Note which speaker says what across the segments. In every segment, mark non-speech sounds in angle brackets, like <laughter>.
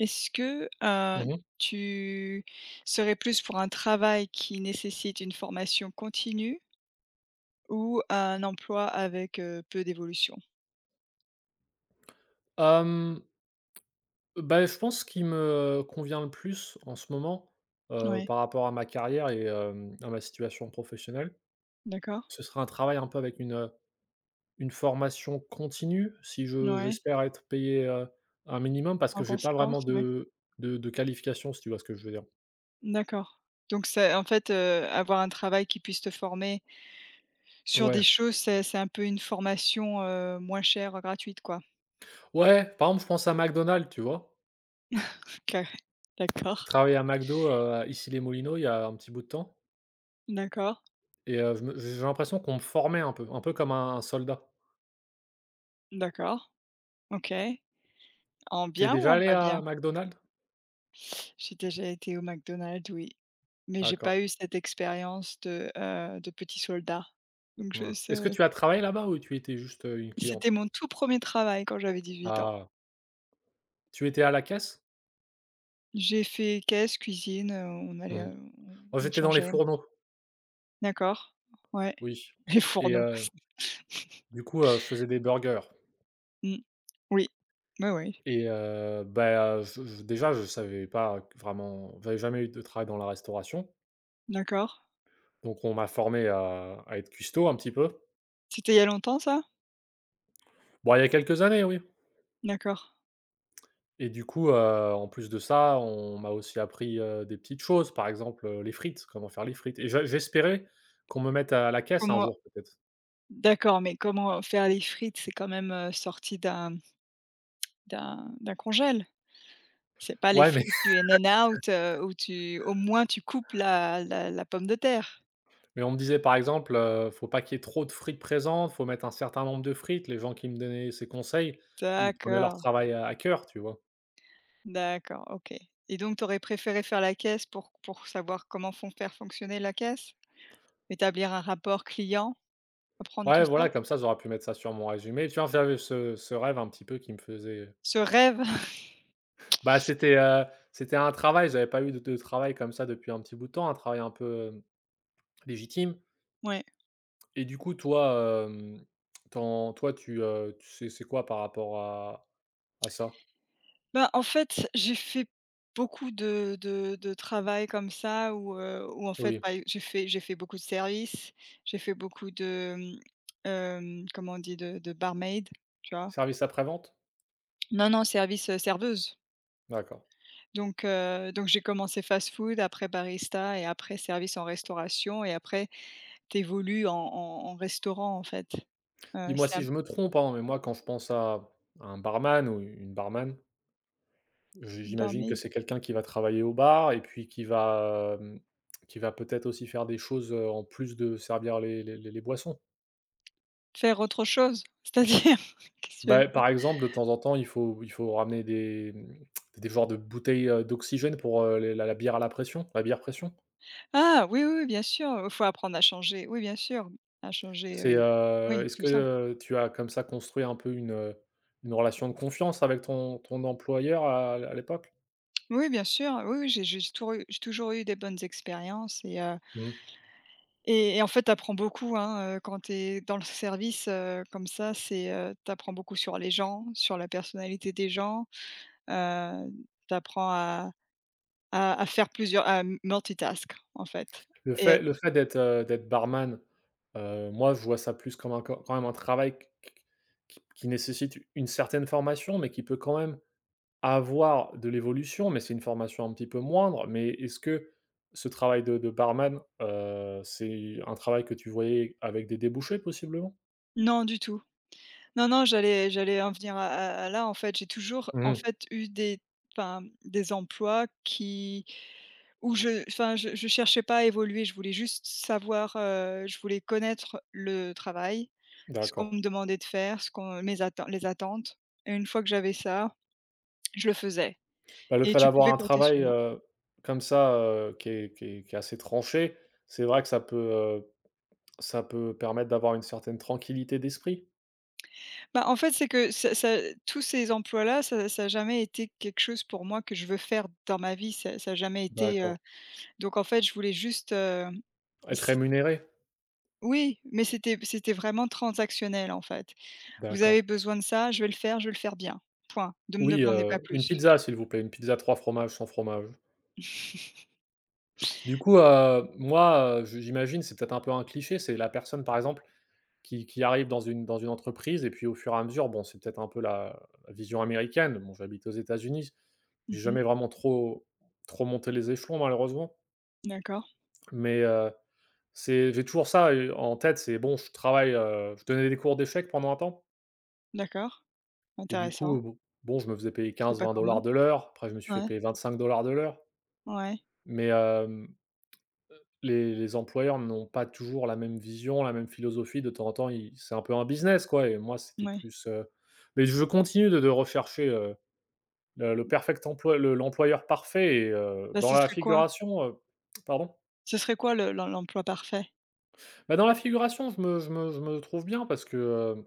Speaker 1: Est-ce que
Speaker 2: Mmh mh.
Speaker 1: tu serais plus pour un travail qui nécessite une formation continue ou un emploi avec peu d'évolution?
Speaker 2: Bah, je pense ce qui me convient le plus en ce moment,
Speaker 1: Oui,
Speaker 2: par rapport à ma carrière et à ma situation professionnelle,
Speaker 1: d'accord.
Speaker 2: ce sera un travail un peu avec une formation continue si je
Speaker 1: Oui.
Speaker 2: j'espère être payé, un minimum parce
Speaker 1: En
Speaker 2: que j'ai pas
Speaker 1: conséquence,
Speaker 2: vraiment
Speaker 1: oui.
Speaker 2: de qualification, si tu vois ce que je veux dire.
Speaker 1: D'accord. Donc c'est en fait avoir un travail qui puisse te former sur des
Speaker 2: Ouais.
Speaker 1: choses, c'est un peu une formation moins chère, gratuite, quoi.
Speaker 2: Ouais, par exemple, je pense à McDonald's, tu vois?
Speaker 1: OK.
Speaker 2: J'ai
Speaker 1: D'accord,
Speaker 2: travaillé à McDo, à Les Moulineaux il y a un petit bout de temps
Speaker 1: d'accord,
Speaker 2: et je me j'ai l'impression qu'on me formait un peu comme un soldat.
Speaker 1: d'accord. OK. En
Speaker 2: T'es
Speaker 1: bien ou
Speaker 2: déjà
Speaker 1: en
Speaker 2: allé
Speaker 1: pas bien?
Speaker 2: à McDonald's?
Speaker 1: J'ai déjà été au McDonald's, oui, mais j'ai
Speaker 2: D'accord,
Speaker 1: pas eu cette expérience de, de petit soldat. Donc je
Speaker 2: ouais. Est-ce que
Speaker 1: ce
Speaker 2: tu as travaillé là-bas ou tu étais juste, une
Speaker 1: c'était
Speaker 2: cliente?
Speaker 1: mon tout premier travail quand j'avais 18 ans.
Speaker 2: Ah. Tu étais à la caisse?
Speaker 1: J'ai fait caisse, cuisine on allait
Speaker 2: Mmh.
Speaker 1: on
Speaker 2: Moi,
Speaker 1: on
Speaker 2: j'étais dans les
Speaker 1: changeait.
Speaker 2: fourneaux,
Speaker 1: D'accord, ouais,
Speaker 2: oui,
Speaker 1: les
Speaker 2: et
Speaker 1: fourneaux. <laughs>
Speaker 2: du coup, je faisais des burgers
Speaker 1: Mmh. Oui, oui, oui,
Speaker 2: et bah, je savais pas vraiment, j'avais jamais eu de travail dans la restauration,
Speaker 1: d'accord.
Speaker 2: donc on m'a formé à être cuistot un petit peu.
Speaker 1: C'était il y a longtemps ça?
Speaker 2: Bon, il y a quelques années, oui,
Speaker 1: D'accord.
Speaker 2: et du coup, en plus de ça, on m'a aussi appris, des petites choses, par exemple, les frites, comment faire les frites, et j'espérais qu'on me mette à la caisse un
Speaker 1: Comment
Speaker 2: jour peut-être.
Speaker 1: D'accord, mais comment faire les frites? C'est quand même sorti d'un congèle. C'est pas les
Speaker 2: Ouais, mais
Speaker 1: frites du In and Out où tu au moins tu coupes la pomme de terre?
Speaker 2: Mais on me disait par exemple: «Faut pas qu'il y ait trop de frites présentes, faut mettre un certain nombre de frites». Les gens qui me donnaient ces conseils, ils prenaient leur
Speaker 1: D'accord,
Speaker 2: travail à cœur, tu vois?
Speaker 1: d'accord, OK. Et donc tu aurais préféré faire la caisse pour savoir comment font faire fonctionner la caisse? Établir un rapport client? Apprendre tout
Speaker 2: Ouais,
Speaker 1: ça?
Speaker 2: voilà, comme ça, j'aurais pu mettre ça sur mon résumé. Tu vois, enfin, j'avais ce rêve un petit peu qui me faisait,
Speaker 1: Ce rêve? <laughs>
Speaker 2: bah, c'était un travail, j'avais pas eu de travail comme ça depuis un petit bout de temps, un travail un peu, légitime.
Speaker 1: Ouais.
Speaker 2: Et du coup, toi, ton toi, tu sais c'est quoi par rapport à ça?
Speaker 1: Ben en fait, j'ai fait beaucoup de travail comme ça où où en fait,
Speaker 2: Oui.
Speaker 1: bah, j'ai fait beaucoup de service, j'ai fait beaucoup de, comment on dit? De barmaid, tu vois?
Speaker 2: Service après-vente?
Speaker 1: Non, non, service serveuse.
Speaker 2: D'accord.
Speaker 1: Donc j'ai commencé fast-food, après barista et après service en restauration et après t'évolues en restaurant, en fait.
Speaker 2: Dis-moi
Speaker 1: C'est
Speaker 2: si
Speaker 1: un
Speaker 2: je me trompe, hein, mais moi, quand je pense à un barman ou une barman, j'imagine que
Speaker 1: barmaid.
Speaker 2: c'est quelqu'un qui va travailler au bar et puis qui va peut-être aussi faire des choses, en plus de servir les boissons.
Speaker 1: Faire autre chose, c'est-à-dire? <laughs> Qu'est-ce que tu veux
Speaker 2: Bah,
Speaker 1: faire?
Speaker 2: par exemple, de temps en temps, il faut ramener des genres de bouteilles, d'oxygène pour, les la la bière à la pression, la bière pression.
Speaker 1: Ah! Oui, oui, oui, bien sûr, il faut apprendre à changer. Oui, bien sûr, à changer
Speaker 2: C'est, heu,
Speaker 1: oui,
Speaker 2: est-ce
Speaker 1: tout
Speaker 2: que,
Speaker 1: ça.
Speaker 2: tu as comme ça construit un peu une relation de confiance avec ton employeur à l'époque?
Speaker 1: Oui, bien sûr, oui, oui, j'ai toujours eu des bonnes expériences.
Speaker 2: Mmh.
Speaker 1: Et en fait, tu apprends beaucoup, hein quand tu es dans le service comme ça, tu apprends beaucoup sur les gens, sur la personnalité des gens, heu, tu apprends à faire plusieurs à multitask, en fait
Speaker 2: Le
Speaker 1: et
Speaker 2: fait le
Speaker 1: être
Speaker 2: fait d'être barman, moi, je vois ça plus comme un quand même un travail q qui nécessite une certaine formation, mais qui peut quand même avoir de l'évolution, mais c'est une formation un petit peu moindre. Mais est-ce que ce travail de barman, c'est un travail que tu voyais avec des débouchés possiblement?
Speaker 1: Non, du tout. Non, non, j'allais en venir à là, en fait. J'ai toujours, en
Speaker 2: Mmh,
Speaker 1: fait, eu des, enfin, des emplois qui, où je, enfin, je cherchais pas à évoluer. Je voulais juste savoir je voulais connaître le travail, ce qu'on
Speaker 2: d'accord.
Speaker 1: me demandait de faire, ce qu'on mes atten les attentes et une fois que j'avais ça, je le faisais
Speaker 2: Bah, le
Speaker 1: et
Speaker 2: fait
Speaker 1: tu pouvais
Speaker 2: d'avoir un
Speaker 1: compter sur
Speaker 2: travail,
Speaker 1: moi.
Speaker 2: comme ça, qui est assez tranché, c'est vrai que ça peut permettre d'avoir une certaine tranquillité d'esprit?
Speaker 1: Bah, en fait, c'est que ça ça tous ces emplois-là, ça a jamais été quelque chose pour moi que je veux faire dans ma vie. Ça a jamais été.
Speaker 2: D'accord.
Speaker 1: Donc en fait, je voulais juste,
Speaker 2: Être rémunéré?
Speaker 1: Oui, mais c'était vraiment transactionnel, en fait. Vous
Speaker 2: D'accord.
Speaker 1: avez besoin de ça, je vais le faire, je vais le faire bien. Point. Ne me
Speaker 2: Oui,
Speaker 1: demandez pas
Speaker 2: une
Speaker 1: plus.
Speaker 2: pizza, s'il vous plaît, une pizza 3 fromages, sans fromage.
Speaker 1: <laughs>
Speaker 2: Du coup, moi, je j'imagine, c'est peut-être un peu un cliché, c'est la personne, par exemple, qui arrive dans une entreprise et puis au fur et à mesure, bon, c'est peut-être un peu la vision américaine. Bon, j'habite aux États-Unis, j'ai
Speaker 1: Mmh.
Speaker 2: jamais vraiment trop trop monté les échelons, malheureusement,
Speaker 1: D'accord,
Speaker 2: mais c'est j'ai toujours ça, en tête, c'est bon, je travaille, je donnais des cours d'échecs pendant un temps,
Speaker 1: d'accord,
Speaker 2: et du
Speaker 1: intéressant.
Speaker 2: coup, bon, je me faisais payer
Speaker 1: C'est
Speaker 2: quinze
Speaker 1: pas
Speaker 2: vingt
Speaker 1: commun.
Speaker 2: dollars de l'heure, après je me suis fait
Speaker 1: Ouais,
Speaker 2: payer 25 dollars de l'heure.
Speaker 1: ouais,
Speaker 2: Mais les employeurs n'ont pas toujours la même vision, la même philosophie. De temps en temps, ils c'est un peu un business, quoi, et moi, c'était
Speaker 1: ouais.
Speaker 2: plus, mais je continue de rechercher, le perfect emploi le l'employeur parfait, et
Speaker 1: Là,
Speaker 2: dans
Speaker 1: ce
Speaker 2: la
Speaker 1: serait quoi?
Speaker 2: figuration, pardon?
Speaker 1: Ce serait quoi le l'em l'emploi parfait?
Speaker 2: Bah, dans la figuration, je me trouve bien parce que,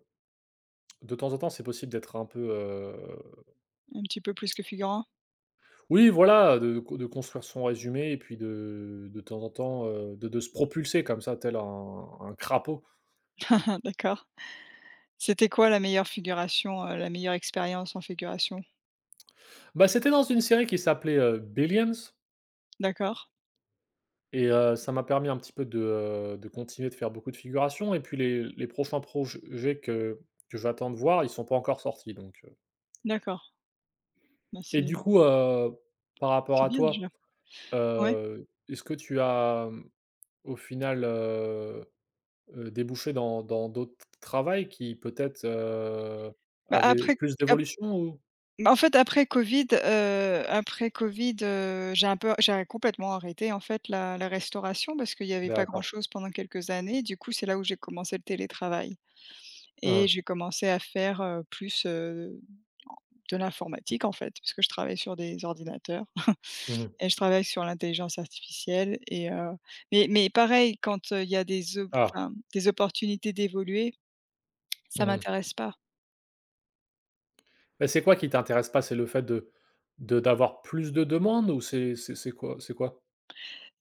Speaker 2: de temps en temps, c'est possible d'être un peu,
Speaker 1: Un petit peu plus que figurant?
Speaker 2: oui, voilà, de construire son résumé et puis de temps en temps, de se propulser comme ça, tel un crapaud.
Speaker 1: <laughs> D'accord. C'était quoi la meilleure figuration, la meilleure expérience en figuration?
Speaker 2: Bah, c'était dans une série qui s'appelait, Billions,
Speaker 1: D'accord,
Speaker 2: et ça m'a permis un petit peu de continuer de faire beaucoup de figurations, et puis les prochains projets que j'attends de voir, ils sont pas encore sortis, donc
Speaker 1: d'accord. Bah,
Speaker 2: et
Speaker 1: c'est
Speaker 2: du coup, par rapport
Speaker 1: c'est
Speaker 2: à
Speaker 1: bien déjà.
Speaker 2: toi,
Speaker 1: Ouais.
Speaker 2: est-ce que tu as, au final, débouché dans d'autres travails qui peut-être,
Speaker 1: Bah,
Speaker 2: avaient plus d'évolution ou?
Speaker 1: En fait, après covid, j'ai un peu j'ai complètement arrêté, en fait, la restauration parce qu'il y avait pas
Speaker 2: D'accord.
Speaker 1: grand-chose pendant quelques années. Du coup, c'est là où j'ai commencé le télétravail et
Speaker 2: Hein.
Speaker 1: j'ai commencé à faire plus de l'informatique, en fait, parce que je travaille sur des ordinateurs <laughs>
Speaker 2: Mmh.
Speaker 1: et je travaille sur l'intelligence artificielle. Mais pareil, quand, il y a des op
Speaker 2: Ah.
Speaker 1: enfin, des opportunités d'évoluer, ça
Speaker 2: Mmh.
Speaker 1: m'intéresse pas.
Speaker 2: Mais c'est quoi qui t'intéresse pas? C'est le fait de d'avoir plus de demandes ou c'est quoi?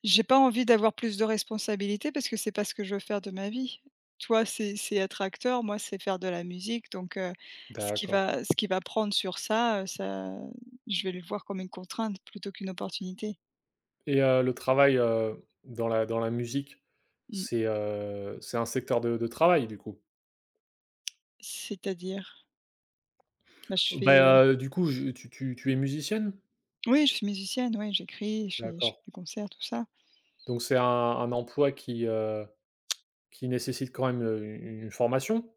Speaker 1: J'ai pas envie d'avoir plus de responsabilités parce que c'est pas ce que je veux faire de ma vie. Toi, c'est être acteur, moi, c'est faire de la musique, donc ce qui
Speaker 2: D'accord,
Speaker 1: va ce qui va prendre sur ça, ça je vais le voir comme une contrainte plutôt qu'une opportunité.
Speaker 2: et le travail, dans la musique,
Speaker 1: Mmh.
Speaker 2: c'est un secteur de travail, du coup?
Speaker 1: C'est-à-dire? Bah,
Speaker 2: Bah, du coup, je tu tu tu es musicienne?
Speaker 1: oui, je suis musicienne, oui, j'écris, je fais je
Speaker 2: D'accord,
Speaker 1: fais des concerts, tout ça.
Speaker 2: donc c'est un emploi qui nécessite quand même, une formation?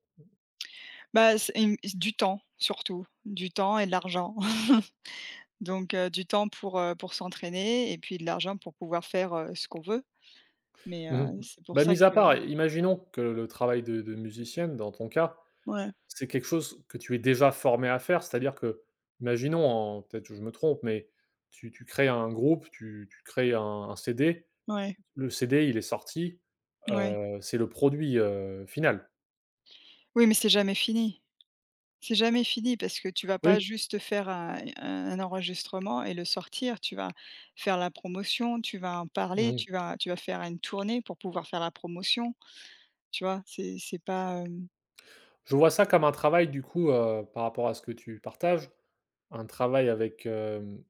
Speaker 1: Bah, c'est une du temps surtout, du temps et de l'argent. <laughs> Donc du temps pour, pour s'entraîner et puis de l'argent pour pouvoir faire, ce qu'on veut mais
Speaker 2: Mmh.
Speaker 1: heu, c'est pour
Speaker 2: Bah,
Speaker 1: ça
Speaker 2: mis à
Speaker 1: que
Speaker 2: part, imaginons que le travail de musicienne, dans ton cas,
Speaker 1: ouais.
Speaker 2: c'est quelque chose que tu es déjà formé à faire, c'est-à-dire que, imaginons, en peut-être que je me trompe, mais tu crées un groupe, tu crées un CD,
Speaker 1: Ouais,
Speaker 2: le CD, il est sorti,
Speaker 1: ouais.
Speaker 2: c'est le produit, final.
Speaker 1: Oui, mais c'est jamais fini. C'est jamais fini parce que tu vas pas
Speaker 2: Oui,
Speaker 1: juste faire un enregistrement et le sortir, tu vas faire la promotion, tu vas en parler,
Speaker 2: mmh.
Speaker 1: tu vas faire une tournée pour pouvoir faire la promotion, tu vois? C'est pas, hem
Speaker 2: Je vois ça comme un travail du coup, par rapport à ce que tu partages, un travail avec,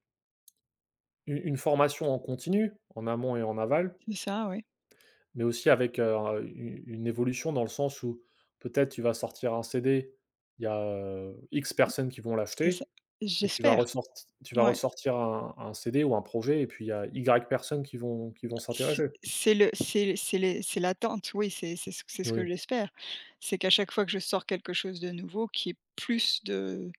Speaker 2: une formation en continu, en amont et en aval,
Speaker 1: C'est ça, ouais,
Speaker 2: mais aussi avec, u une évolution dans le sens où peut-être tu vas sortir un CD, il y a, X personnes qui vont
Speaker 1: c'est ça.
Speaker 2: l'acheter. Et
Speaker 1: J'espère,
Speaker 2: tu vas
Speaker 1: ouais.
Speaker 2: ressortir un CD ou un projet, et puis il y a Y personnes qui vont s'intéresser.
Speaker 1: C'est l'attente, oui, c'est ce que
Speaker 2: Oui.
Speaker 1: j'espère. C'est qu'à chaque fois que je sors quelque chose de nouveau, qu'il y ait plus de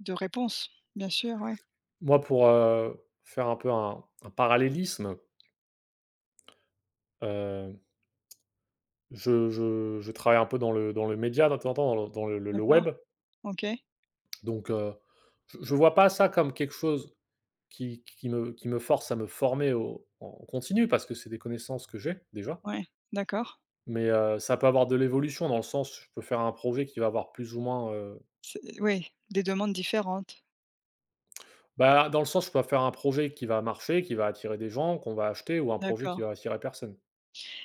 Speaker 1: de réponses. Bien sûr, ouais.
Speaker 2: Moi pour, faire un peu un parallélisme, heu, je travaille un peu dans le média de temps en temps, dans le
Speaker 1: D'accord,
Speaker 2: web,
Speaker 1: OK.
Speaker 2: donc je ne vois pas ça comme quelque chose qui me force à me former au en continu parce que c'est des connaissances que j'ai déjà,
Speaker 1: Ouais, d'accord.
Speaker 2: mais ça peut avoir de l'évolution dans le sens, je peux faire un projet qui va avoir plus ou moins,
Speaker 1: C'est, oui, des demandes différentes.
Speaker 2: bah, dans le sens, je peux faire un projet qui va marcher, qui va attirer des gens, qu'on va acheter, ou un projet
Speaker 1: D'accord.
Speaker 2: qui va attirer personne.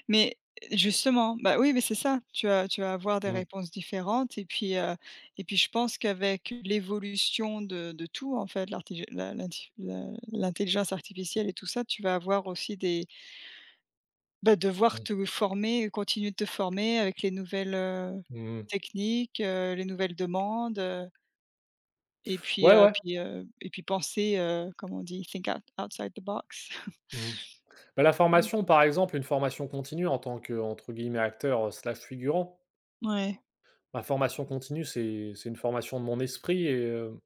Speaker 1: Mais eh, justement, bah, oui, mais c'est ça, tu vas avoir des
Speaker 2: Mmh,
Speaker 1: réponses différentes et puis et puis je pense qu'avec l'évolution de tout, en fait, l'artifi la l'inti la l'intelligence artificielle et tout ça, tu vas avoir aussi des, bah, devoir
Speaker 2: mmh,
Speaker 1: te former, continuer de te former avec les nouvelles,
Speaker 2: mmh.
Speaker 1: techniques, les nouvelles demandes, heu et puis,
Speaker 2: Ouais,
Speaker 1: heu,
Speaker 2: ouais.
Speaker 1: puis, heu et puis penser, comment on dit? Think out outside the box.
Speaker 2: Mmh. Bah, la formation,
Speaker 1: <laughs>
Speaker 2: par exemple, une formation continue en tant que, entre guillemets, «acteur», slash figurant.
Speaker 1: Mmh. Ouais.
Speaker 2: Ma formation continue, c'est une formation de mon esprit, et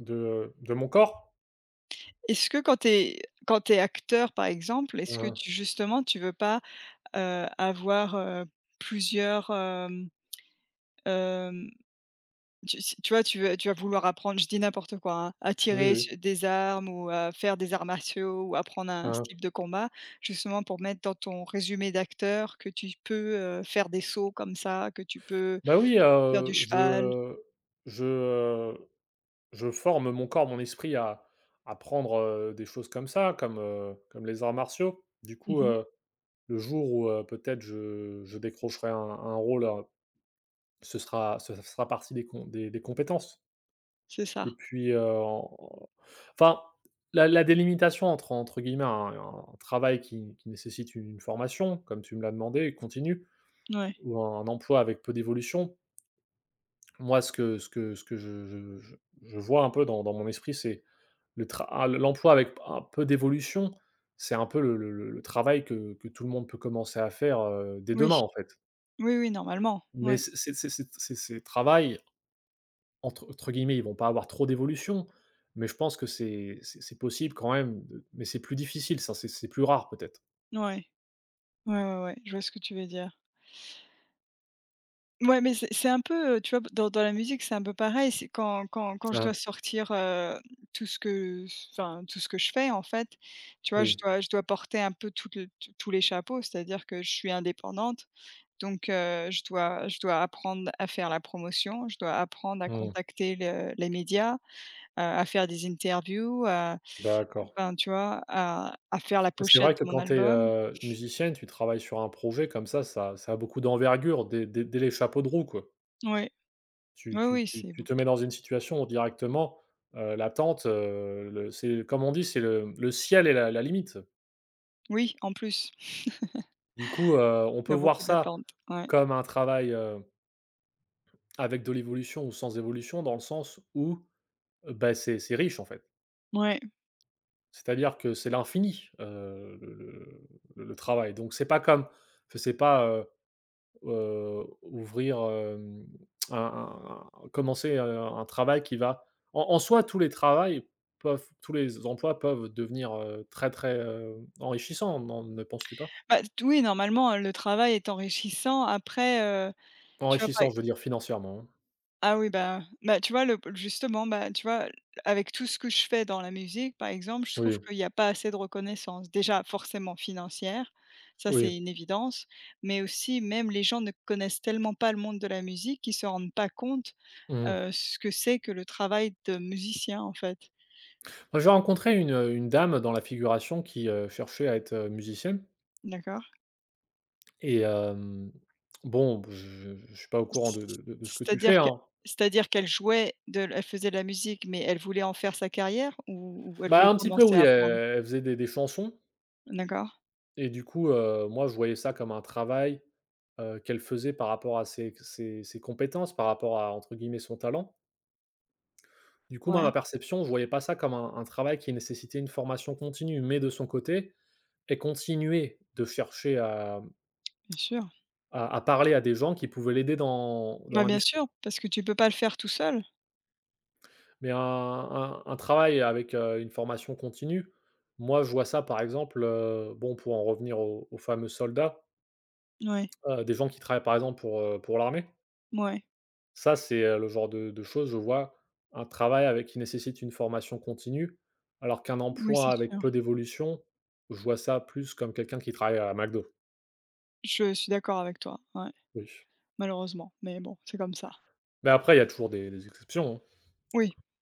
Speaker 2: de mon corps.
Speaker 1: Est-ce que quand tu es acteur, par exemple, est-ce que
Speaker 2: Mmh,
Speaker 1: tu justement, tu veux pas, avoir, plusieurshem, tu si tu vois, tu vas vouloir apprendre, je dis n'importe quoi, hein, à
Speaker 2: oui,
Speaker 1: tirer
Speaker 2: oui.
Speaker 1: su des armes ou à faire des arts martiaux ou apprendre un
Speaker 2: Hein.
Speaker 1: style de combat, justement pour mettre dans ton résumé d'acteur que tu peux, faire des sauts comme ça, que tu peux
Speaker 2: Bah, oui,
Speaker 1: faire du cheval?
Speaker 2: je, je forme mon corps, mon esprit à prendre, des choses comme ça, comme les arts martiaux. Du coup,
Speaker 1: Mmh.
Speaker 2: le jour où, peut-être je décrocherai un rôle, ce sera partie des compétences,
Speaker 1: C'est
Speaker 2: et
Speaker 1: ça.
Speaker 2: puis, en enfin, la délimitation entre guillemets un travail qui nécessite une formation, comme tu me l'as demandé, continue,
Speaker 1: Ouais.
Speaker 2: ou un emploi avec peu d'évolution. Moi, ce que je vois un peu dans mon esprit, c'est l'emploi avec un peu d'évolution, c'est un peu le travail que tout le monde peut commencer à faire, dès
Speaker 1: Oui.
Speaker 2: demain, en fait.
Speaker 1: Oui, oui, normalement.
Speaker 2: Mais
Speaker 1: Oui.
Speaker 2: ces travails, entre guillemets, ils vont pas avoir trop d'évolution, mais je pense que c'est possible quand même de mais c'est plus difficile ça, c'est plus rare peut-être.
Speaker 1: Ouais. Ouais, ouais, ouais. Je vois ce que tu veux dire. Ouais, mais c'est un peu, tu vois, dans la musique, c'est un peu pareil. C'est quand je dois
Speaker 2: Ah
Speaker 1: sortir, tout ce que enfin, tout ce que je fais, en fait, tu vois? Je
Speaker 2: oui,
Speaker 1: dois je dois porter un peu toutes le t tous les chapeaux, c'est-à-dire que je suis indépendante, donc je dois apprendre à faire la promotion, je dois apprendre à
Speaker 2: mmh,
Speaker 1: contacter le les médias, à faire des interviews, à,
Speaker 2: d'accord.
Speaker 1: enfin, tu vois? À faire la
Speaker 2: C'est
Speaker 1: pochette
Speaker 2: vrai que
Speaker 1: de mon
Speaker 2: quand tu
Speaker 1: album.
Speaker 2: es musicienne, tu travailles sur un projet comme ça, ça a beaucoup d'envergure dès les chapeaux de roue, quoi.
Speaker 1: Oui,
Speaker 2: Tu
Speaker 1: oui,
Speaker 2: tu
Speaker 1: oui,
Speaker 2: tu
Speaker 1: c'est
Speaker 2: tu
Speaker 1: beau
Speaker 2: te mets dans une situation où directement, l'attente, le c'est comme on dit, c'est le ciel et la limite.
Speaker 1: oui, en plus. <laughs>
Speaker 2: Du coup, on
Speaker 1: Il y
Speaker 2: peut
Speaker 1: a
Speaker 2: voir
Speaker 1: beaucoup
Speaker 2: ça
Speaker 1: d'attentes. Ouais.
Speaker 2: comme un travail, avec de l'évolution ou sans évolution, dans le sens où, bah, c'est riche, en fait.
Speaker 1: Ouais.
Speaker 2: C'est-à-dire que c'est l'infini, le travail. Donc c'est pas comme, enfin, c'est pas, ouvrir, un commencer, un travail qui va en soi, tous les travails peuvent, tous les emplois peuvent devenir, très, très, enrichissants, non, ne penses-tu pas?
Speaker 1: Bah, t oui, normalement, le travail est enrichissant. Après, tu vois, pas
Speaker 2: Enrichissants, je veux dire financièrement, hein.
Speaker 1: ah oui, bah, tu vois, le justement, bah, tu vois, avec tout ce que je fais dans la musique, par exemple, je trouve
Speaker 2: Oui,
Speaker 1: qu'il y a pas assez de reconnaissance. Déjà, forcément financière, ça,
Speaker 2: oui.
Speaker 1: c'est une évidence, mais aussi, même les gens ne connaissent tellement pas le monde de la musique qu'ils ne se rendent pas compte,
Speaker 2: Mmh.
Speaker 1: heu, ce que c'est que le travail de musicien, en fait.
Speaker 2: J'ai rencontré une dame dans la figuration qui, cherchait à être, musicienne,
Speaker 1: D'accord?
Speaker 2: et bon, je suis pas au courant de ce que tu fais,
Speaker 1: c'est-à-dire que
Speaker 2: hein.
Speaker 1: C'est-à-dire qu'elle jouait de l elle faisait de la musique, mais elle voulait en faire sa carrière ou elle
Speaker 2: Bah,
Speaker 1: voulait
Speaker 2: un petit peu
Speaker 1: commencer
Speaker 2: oui,
Speaker 1: à apprendre?
Speaker 2: elle faisait des chansons
Speaker 1: D'accord,
Speaker 2: et du coup, moi je voyais ça comme un travail, qu'elle faisait par rapport à ses compétences, par rapport à, entre guillemets, «son talent». Du coup, moi, ma
Speaker 1: ouais,
Speaker 2: perception, je voyais pas ça comme un travail qui nécessitait une formation continue, mais de son côté, elle continuait de chercher à
Speaker 1: bien sûr.
Speaker 2: à à parler à des gens qui pouvaient l'aider dans
Speaker 1: Bah, bien
Speaker 2: l'industrie.
Speaker 1: sûr, parce que tu peux pas le faire tout seul.
Speaker 2: Mais un travail avec, une formation continue, moi je vois ça par exemple, bon, pour en revenir aux fameux soldats,
Speaker 1: Ouais,
Speaker 2: des gens qui travaillent par exemple pour l'armée.
Speaker 1: ouais,
Speaker 2: Ça c'est, le genre de choses, je vois un travail avec qui nécessite une formation continue, alors qu'un
Speaker 1: oui, c'est
Speaker 2: emploi avec
Speaker 1: sûr.
Speaker 2: peu d'évolution, je vois ça plus comme quelqu'un qui travaille à McDo,
Speaker 1: Je suis d'accord avec toi, ouais,
Speaker 2: oui.
Speaker 1: malheureusement, mais bon, c'est comme ça.
Speaker 2: Mais après, il y a toujours des exceptions, hein.
Speaker 1: Oui.